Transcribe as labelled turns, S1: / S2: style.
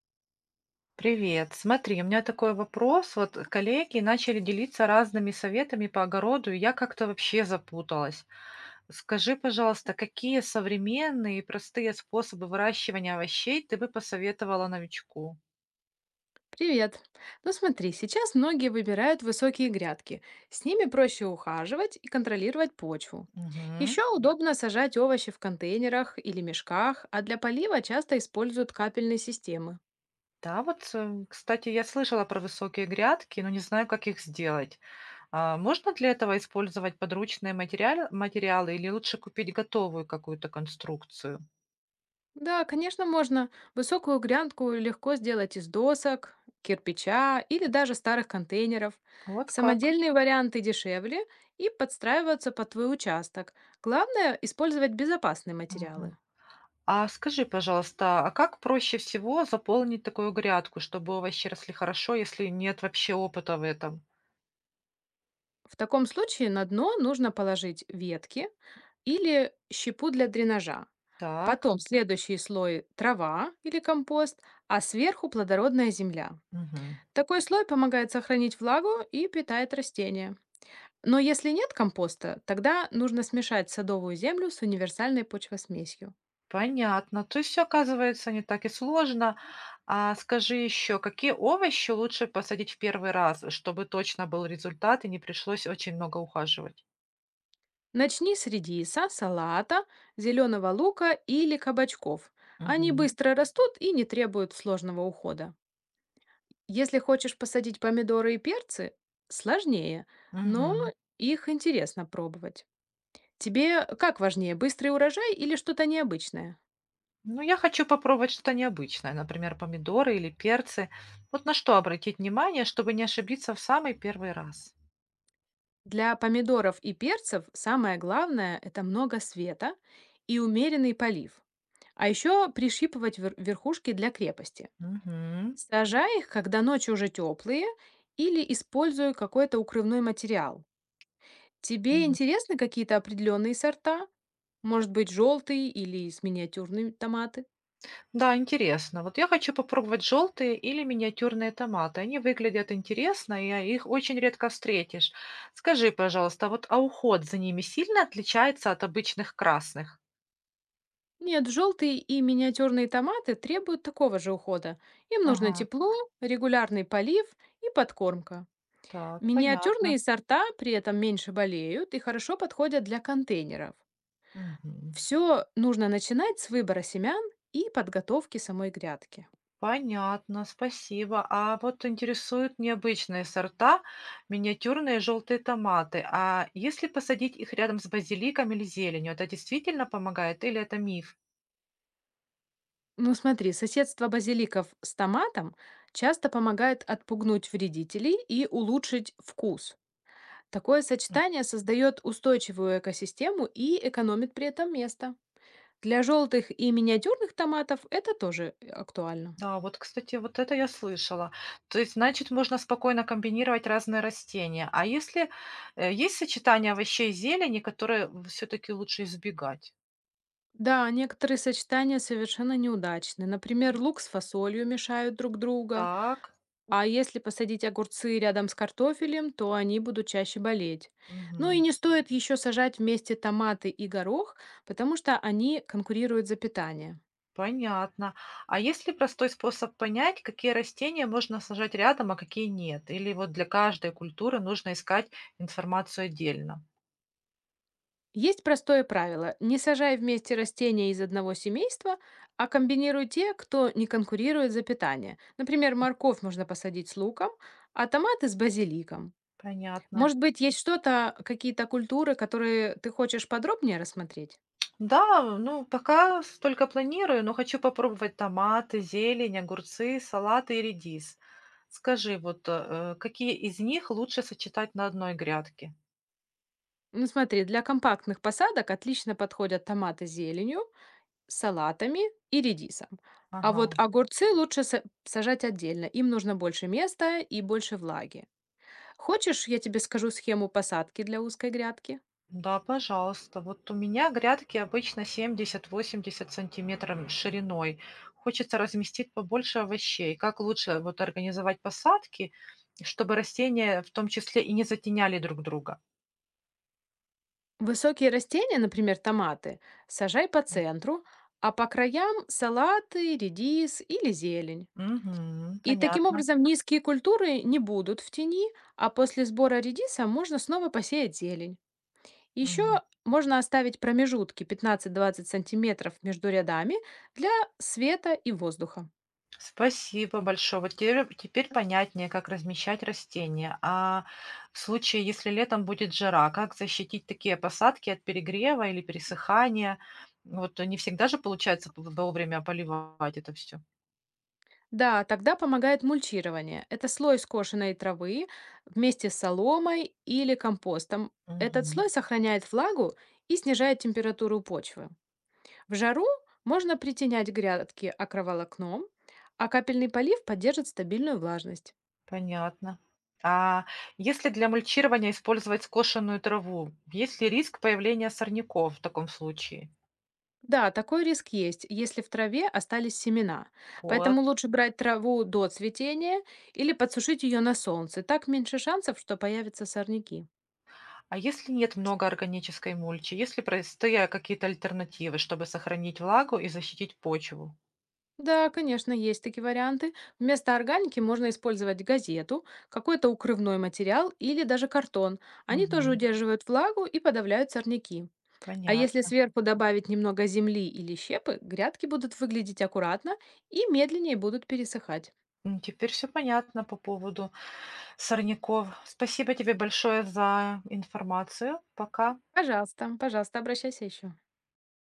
S1: Привет. Смотри, у меня такой вопрос. Вот коллеги начали делиться разными советами по огороду, и я как-то вообще запуталась. Скажи, пожалуйста, какие современные и простые способы выращивания овощей ты бы посоветовала новичку?
S2: Привет. Ну смотри, сейчас многие выбирают высокие грядки. С ними проще ухаживать и контролировать почву.
S1: Мгм.
S2: Еще удобно сажать овощи в контейнерах или мешках, а для полива часто используют капельные системы.
S1: Да, вот, кстати, я слышала про высокие грядки, но не знаю, как их сделать. А можно для этого использовать подручные материалы или лучше купить готовую какую-то конструкцию?
S2: Да, конечно, можно высокую грядку легко сделать из досок, кирпича или даже старых контейнеров.
S1: Вот как.
S2: Самодельные варианты дешевле и подстраиваются под твой участок. Главное – использовать безопасные
S1: Ага.
S2: материалы.
S1: А скажи, пожалуйста, а как проще всего заполнить такую грядку, чтобы овощи росли хорошо, если нет вообще опыта в этом?
S2: В таком случае на дно нужно положить ветки или щепу для дренажа.
S1: Так,
S2: Потом следующий слой – трава или компост, а сверху – плодородная земля.
S1: мгм.
S2: Такой слой помогает сохранить влагу и питает растения. Но если нет компоста, тогда нужно смешать садовую землю с универсальной почвосмесью.
S1: Понятно. То есть все оказывается не так и сложно. А скажи еще, какие овощи лучше посадить в первый раз, чтобы точно был результат и не пришлось очень много ухаживать?
S2: Начни с редиса, салата, зеленого лука или кабачков. Они
S1: Мгм.
S2: быстро растут и не требуют сложного ухода. Если хочешь посадить помидоры и перцы, сложнее, но
S1: Мгм.
S2: их интересно пробовать. Тебе как важнее, быстрый урожай или что-то необычное?
S1: Ну, я хочу попробовать что-то необычное, например, помидоры или перцы. Вот на что обратить внимание, чтобы не ошибиться в самый первый раз.
S2: Для помидоров и перцев самое главное – это много света и умеренный полив. А еще пришипывать верхушки для крепости.
S1: Мгм.
S2: Сажай их, когда ночи уже теплые, или используй какой-то укрывной материал. Тебе
S1: Мгм.
S2: интересны какие-то определенные сорта? Может быть, желтые или с миниатюрными томаты?
S1: Да, интересно. Вот я хочу попробовать желтые или миниатюрные томаты. Они выглядят интересно, и их очень редко встретишь. Скажи, пожалуйста, а вот уход за ними сильно отличается от обычных красных?
S2: Нет, желтые и миниатюрные томаты требуют такого же ухода. Им нужно
S1: Ага,
S2: тепло, регулярный полив и подкормка.
S1: так, понятно.
S2: Миниатюрные сорта при этом меньше болеют и хорошо подходят для контейнеров.
S1: Мгм.
S2: Все нужно начинать с выбора семян и подготовки самой грядки.
S1: Понятно, спасибо. А вот интересуют необычные сорта, миниатюрные желтые томаты. А если посадить их рядом с базиликом или зеленью, это действительно помогает или это миф?
S2: Ну смотри, соседство базиликов с томатом часто помогает отпугнуть вредителей и улучшить вкус. Такое сочетание создает устойчивую экосистему и экономит при этом место. Для желтых и миниатюрных томатов это тоже актуально.
S1: Да, вот, кстати, вот это я слышала. То есть, значит, можно спокойно комбинировать разные растения. А если есть сочетание овощей и зелени, которые все-таки лучше избегать?
S2: Да, некоторые сочетания совершенно неудачны. Например, лук с фасолью мешают друг друга,
S1: Так,
S2: а если посадить огурцы рядом с картофелем, то они будут чаще болеть. Ну и
S1: мгм,
S2: не стоит еще сажать вместе томаты и горох, потому что они конкурируют за питание.
S1: понятно. А есть ли простой способ понять, какие растения можно сажать рядом, а какие нет? Или вот для каждой культуры нужно искать информацию отдельно?
S2: Есть простое правило: не сажай вместе растения из одного семейства, а комбинируй те, кто не конкурирует за питание. Например, морковь можно посадить с луком, а томаты с базиликом.
S1: Понятно.
S2: Может быть, есть что-то, какие-то культуры, которые ты хочешь подробнее рассмотреть?
S1: Да, ну, пока столько планирую, но хочу попробовать томаты, зелень, огурцы, салаты и редис. Скажи, вот, какие из них лучше сочетать на одной грядке?
S2: Ну смотри, для компактных посадок отлично подходят томаты с зеленью, салатами и редисом. А вот
S1: Ага.
S2: огурцы лучше сажать отдельно. Им нужно больше места и больше влаги. Хочешь, я тебе скажу схему посадки для узкой грядки?
S1: Да, пожалуйста. Вот у меня грядки обычно 70–80 сантиметров шириной. Хочется разместить побольше овощей. Как лучше вот организовать посадки, чтобы растения в том числе и не затеняли друг друга?
S2: Высокие растения, например, томаты, сажай по центру, а по краям салаты, редис или зелень.
S1: Мгм.
S2: И таким
S1: Понятно.
S2: образом низкие культуры не будут в тени, а после сбора редиса можно снова посеять зелень. Еще
S1: Мгм.
S2: можно оставить промежутки 15-20 сантиметров между рядами для света и воздуха.
S1: Спасибо большое. Вот теперь понятнее, как размещать растения. А в случае, если летом будет жара, как защитить такие посадки от перегрева или пересыхания? Вот не всегда же получается вовремя поливать это все.
S2: Да, тогда помогает мульчирование. Это слой скошенной травы вместе с соломой или компостом. Этот
S1: Мгм.
S2: слой сохраняет влагу и снижает температуру почвы. В жару можно притенять грядки акроволокном, а капельный полив поддержит стабильную влажность.
S1: Понятно. А если для мульчирования использовать скошенную траву, есть ли риск появления сорняков в таком случае?
S2: Да, такой риск есть, если в траве остались семена.
S1: Вот.
S2: Поэтому лучше брать траву до цветения или подсушить ее на солнце. Так меньше шансов, что появятся сорняки.
S1: А если нет много органической мульчи, есть ли простые какие-то альтернативы, чтобы сохранить влагу и защитить почву?
S2: Да, конечно, есть такие варианты. Вместо органики можно использовать газету, какой-то укрывной материал или даже картон. Они тоже
S1: Мгм.
S2: удерживают влагу и подавляют сорняки. А если
S1: Понятно.
S2: сверху добавить немного земли или щепы, грядки будут выглядеть аккуратно и медленнее будут пересыхать.
S1: Теперь все понятно по поводу сорняков. Спасибо тебе большое за информацию. Пока.
S2: Пожалуйста, пожалуйста, обращайся еще.